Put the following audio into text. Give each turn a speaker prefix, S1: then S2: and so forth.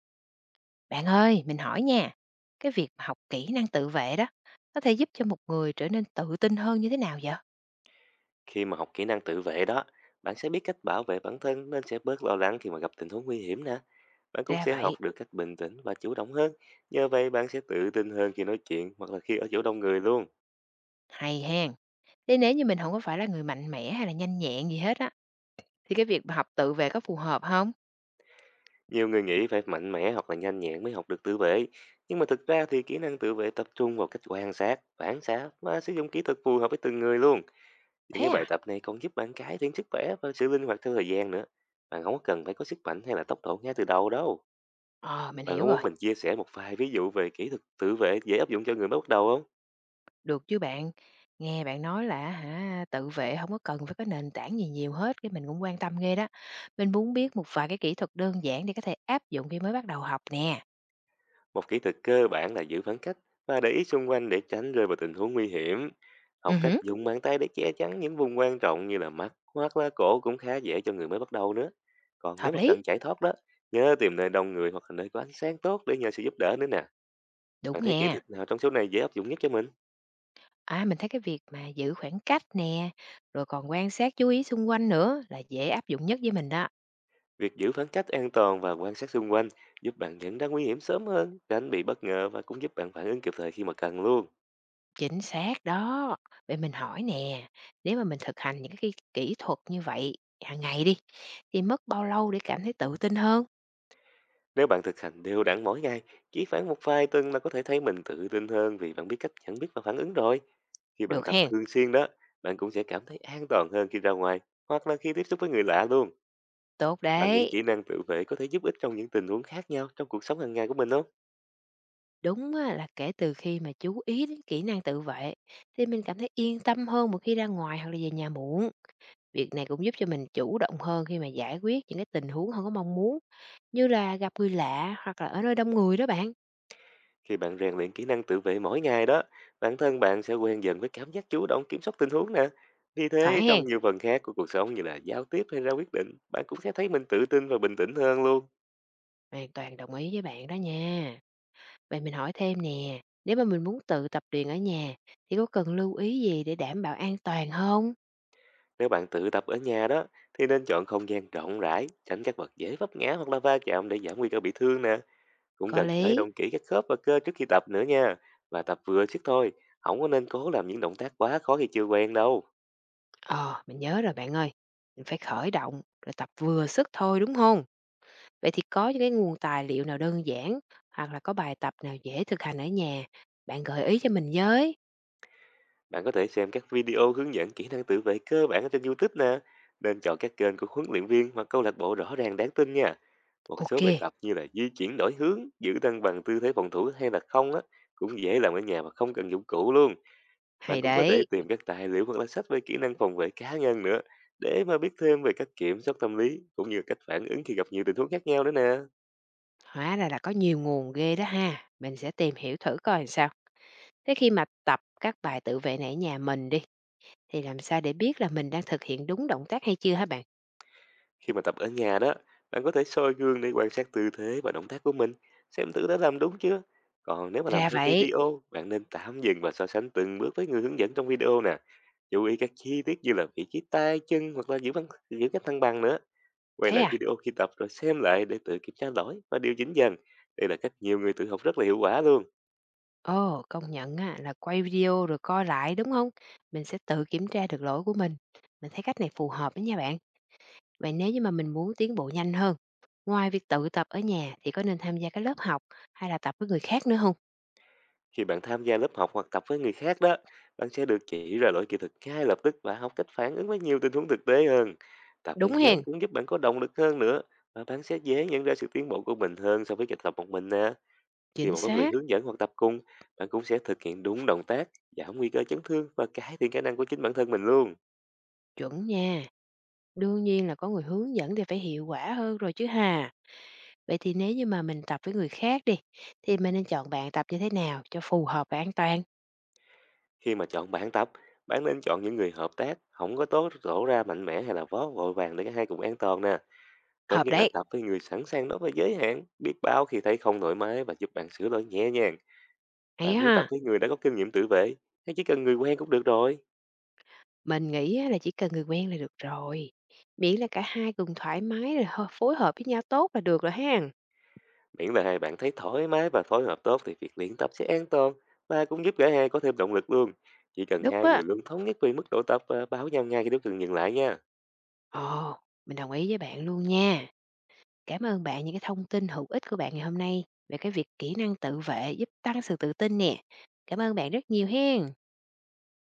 S1: Bạn ơi, mình hỏi nha, cái việc mà học kỹ năng tự vệ đó có thể giúp cho một người trở nên tự tin hơn như thế nào vậy?
S2: Khi mà học kỹ năng tự vệ đó, bạn sẽ biết cách bảo vệ bản thân nên sẽ bớt lo lắng khi mà gặp tình huống nguy hiểm nè. Bạn cũng
S1: Ra
S2: sẽ
S1: vậy,
S2: học được cách bình tĩnh và chủ động hơn. Nhờ vậy bạn sẽ tự tin hơn khi nói chuyện hoặc là khi ở chỗ đông người luôn.
S1: hay hen. Thế nếu như mình không có phải là người mạnh mẽ hay là nhanh nhẹn gì hết á, thì cái việc mà học tự vệ có phù hợp không?
S2: Nhiều người nghĩ phải mạnh mẽ hoặc là nhanh nhẹn mới học được tự vệ. Nhưng mà thực ra thì kỹ năng tự vệ tập trung vào cách quan sát, phản xạ và sử dụng kỹ thuật phù hợp với từng người luôn. Những
S1: Thế
S2: cái bài
S1: à?
S2: tập này còn giúp bạn cải thiện sức khỏe và sự linh hoạt theo thời gian nữa. Bạn không có cần phải có sức mạnh hay là tốc độ ngay từ đầu đâu.
S1: Ờ, mình
S2: Bạn có
S1: hiểu
S2: muốn
S1: rồi.
S2: mình chia sẻ một vài ví dụ về kỹ thuật tự vệ dễ áp dụng cho người mới bắt đầu không?
S1: Được chứ bạn. Nghe bạn nói là hả, tự vệ không có cần phải có nền tảng gì nhiều hết, cái mình cũng quan tâm ghê đó. Mình muốn biết một vài cái kỹ thuật đơn giản để có thể áp dụng khi mới bắt đầu học nè.
S2: Một kỹ thuật cơ bản là giữ khoảng cách và để ý xung quanh để tránh rơi vào tình huống nguy hiểm.
S1: Ừ,
S2: Học cách
S1: hử,
S2: dùng bàn tay để che chắn những vùng quan trọng như là mắt hoặc là cổ cũng khá dễ cho người mới bắt đầu nữa. Còn nếu
S1: hợp
S2: mà
S1: lý.
S2: cần chạy thoát đó, nhớ tìm nơi đông người hoặc là nơi có ánh sáng tốt để nhờ sự giúp đỡ nữa nè.
S1: Đúng
S2: Bạn thấy kỹ
S1: nha.
S2: thuật nào trong số này dễ áp dụng nhất cho mình?
S1: À, mình thấy cái việc mà giữ khoảng cách nè, rồi còn quan sát chú ý xung quanh nữa là dễ áp dụng nhất với mình đó.
S2: Việc giữ khoảng cách an toàn và quan sát xung quanh giúp bạn nhận ra nguy hiểm sớm hơn, tránh bị bất ngờ và cũng giúp bạn phản ứng kịp thời khi mà cần luôn.
S1: Chính xác đó. Vậy mình hỏi nè, nếu mà mình thực hành những cái kỹ thuật như vậy hàng ngày đi, thì mất bao lâu để cảm thấy tự tin hơn?
S2: Nếu bạn thực hành đều đặn mỗi ngày, chỉ khoảng một vài tuần là có thể thấy mình tự tin hơn vì bạn biết cách nhận biết và phản ứng rồi. Khi bạn
S1: Được
S2: tập
S1: hen,
S2: thường xuyên đó, bạn cũng sẽ cảm thấy an toàn hơn khi ra ngoài hoặc là khi tiếp xúc với người lạ luôn.
S1: tốt
S2: Bạn nghĩ
S1: đấy.
S2: kỹ năng tự vệ có thể giúp ích trong những tình huống khác nhau trong cuộc sống hàng ngày của mình không?
S1: Đúng á, là kể từ khi mà chú ý đến kỹ năng tự vệ, thì mình cảm thấy yên tâm hơn một khi ra ngoài hoặc là về nhà muộn. Việc này cũng giúp cho mình chủ động hơn khi mà giải quyết những cái tình huống không có mong muốn như là gặp người lạ hoặc là ở nơi đông người đó bạn.
S2: Khi bạn rèn luyện kỹ năng tự vệ mỗi ngày đó, bản thân bạn sẽ quen dần với cảm giác chủ động kiểm soát tình huống nè. Vì
S1: Phải
S2: thế, trong
S1: hén?
S2: nhiều phần khác của cuộc sống như là giao tiếp hay ra quyết định, bạn cũng sẽ thấy mình tự tin và bình tĩnh hơn luôn.
S1: Hoàn toàn đồng ý với bạn đó nha. Vậy mình hỏi thêm nè, nếu mà mình muốn tự tập luyện ở nhà thì có cần lưu ý gì để đảm bảo an toàn không?
S2: Nếu bạn tự tập ở nhà đó thì nên chọn không gian rộng rãi, tránh các vật dễ vấp ngã hoặc là va chạm để giảm nguy cơ bị thương nè. Cũng
S1: Có
S2: cần khởi
S1: lý.
S2: động kỹ các khớp và cơ trước khi tập nữa nha. Và tập vừa sức thôi, không có nên cố làm những động tác quá khó khi chưa quen đâu.
S1: Ờ, mình nhớ rồi bạn ơi. Mình phải khởi động rồi tập vừa sức thôi, đúng không? Vậy thì có những cái nguồn tài liệu nào đơn giản hoặc là có bài tập nào dễ thực hành ở nhà, bạn gợi ý cho mình với.
S2: Bạn có thể xem các video hướng dẫn kỹ năng tự vệ cơ bản ở trên YouTube nè. Nên chọn các kênh của huấn luyện viên hoặc câu lạc bộ rõ ràng đáng tin nha. Một số
S1: Ok,
S2: bài tập như là di chuyển đổi hướng, giữ thăng bằng tư thế phòng thủ hay là không á, cũng dễ làm ở nhà mà không cần dụng cụ luôn. Bạn
S1: hay
S2: cũng có thể
S1: đấy.
S2: tìm các tài liệu hoặc là sách về kỹ năng phòng vệ cá nhân nữa, để mà biết thêm về cách kiểm soát tâm lý cũng như cách phản ứng khi gặp nhiều tình huống khác nhau nữa nè.
S1: Hóa ra là có nhiều nguồn ghê đó ha. Mình sẽ tìm hiểu thử coi sao. Thế khi mà tập các bài tự vệ này ở nhà mình đi, thì làm sao để biết là mình đang thực hiện đúng động tác hay chưa hả bạn?
S2: Khi mà tập ở nhà đó, bạn có thể soi gương để quan sát tư thế và động tác của mình, xem thử đã làm đúng chưa. Còn nếu mà làm
S1: Ra
S2: theo
S1: vậy,
S2: video, bạn nên tạm dừng và so sánh từng bước với người hướng dẫn trong video nè. Chú ý các chi tiết như là vị trí tay, chân hoặc là giữ, băng, giữ cách thăng bằng nữa. Quay
S1: thế
S2: lại
S1: à?
S2: video khi tập rồi xem lại để tự kiểm tra lỗi và điều chỉnh dần. Đây là cách nhiều người tự học rất là hiệu quả luôn.
S1: Ồ, công nhận á, là quay video rồi coi lại đúng không? Mình sẽ tự kiểm tra được lỗi của mình. Mình thấy cách này phù hợp đó nha bạn. Vậy nếu như mà mình muốn tiến bộ nhanh hơn, ngoài việc tự tập ở nhà thì có nên tham gia cái lớp học hay là tập với người khác nữa không?
S2: Khi bạn tham gia lớp học hoặc tập với người khác đó, bạn sẽ được chỉ ra lỗi kỹ thuật ngay lập tức và học cách phản ứng với nhiều tình huống thực tế hơn. Tập với
S1: Đúng
S2: nhóm
S1: hèn,
S2: cũng giúp bạn có động lực hơn nữa, và bạn sẽ dễ nhận ra sự tiến bộ của mình hơn so với việc tập một mình nè. Khi
S1: chính
S2: mà có người
S1: xác,
S2: hướng dẫn hoặc tập cùng, bạn cũng sẽ thực hiện đúng động tác, giảm nguy cơ chấn thương và cải thiện khả năng của chính bản thân mình luôn.
S1: chuẩn nha. Đương nhiên là có người hướng dẫn thì phải hiệu quả hơn rồi chứ hà. Vậy thì nếu như mà mình tập với người khác đi, thì mình nên chọn bạn tập như thế nào cho phù hợp và an toàn?
S2: Khi mà chọn bạn tập, bạn nên chọn những người hợp tác, không có tốt rổ ra mạnh mẽ hay là vó vội vàng để cả hai cùng an toàn nè. Tốt
S1: Hợp
S2: nhất là
S1: đấy,
S2: tập với người sẵn sàng nói về giới hạn, biết báo khi thấy không thoải mái và giúp bạn sửa lỗi nhẹ nhàng.
S1: hay
S2: Bạn
S1: á
S2: muốn tập
S1: ha.
S2: với người đã có kinh nghiệm tự vệ, hay chỉ cần người quen cũng được rồi.
S1: Mình nghĩ á là chỉ cần người quen là được rồi. Miễn là cả hai cùng thoải mái rồi phối hợp với nhau tốt là được rồi ha.
S2: Miễn là hai bạn thấy thoải mái và phối hợp tốt thì việc luyện tập sẽ an toàn và cũng giúp cả hai có thêm động lực luôn. Chỉ cần
S1: Đúng
S2: hai người
S1: á.
S2: luôn thống nhất về mức độ tập và báo nhau ngay khi đối tượng dừng lại nha.
S1: Ồ, mình đồng ý với bạn luôn nha. Cảm ơn bạn những cái thông tin hữu ích của bạn ngày hôm nay về cái việc kỹ năng tự vệ giúp tăng sự tự tin nè. Cảm ơn bạn rất nhiều hen.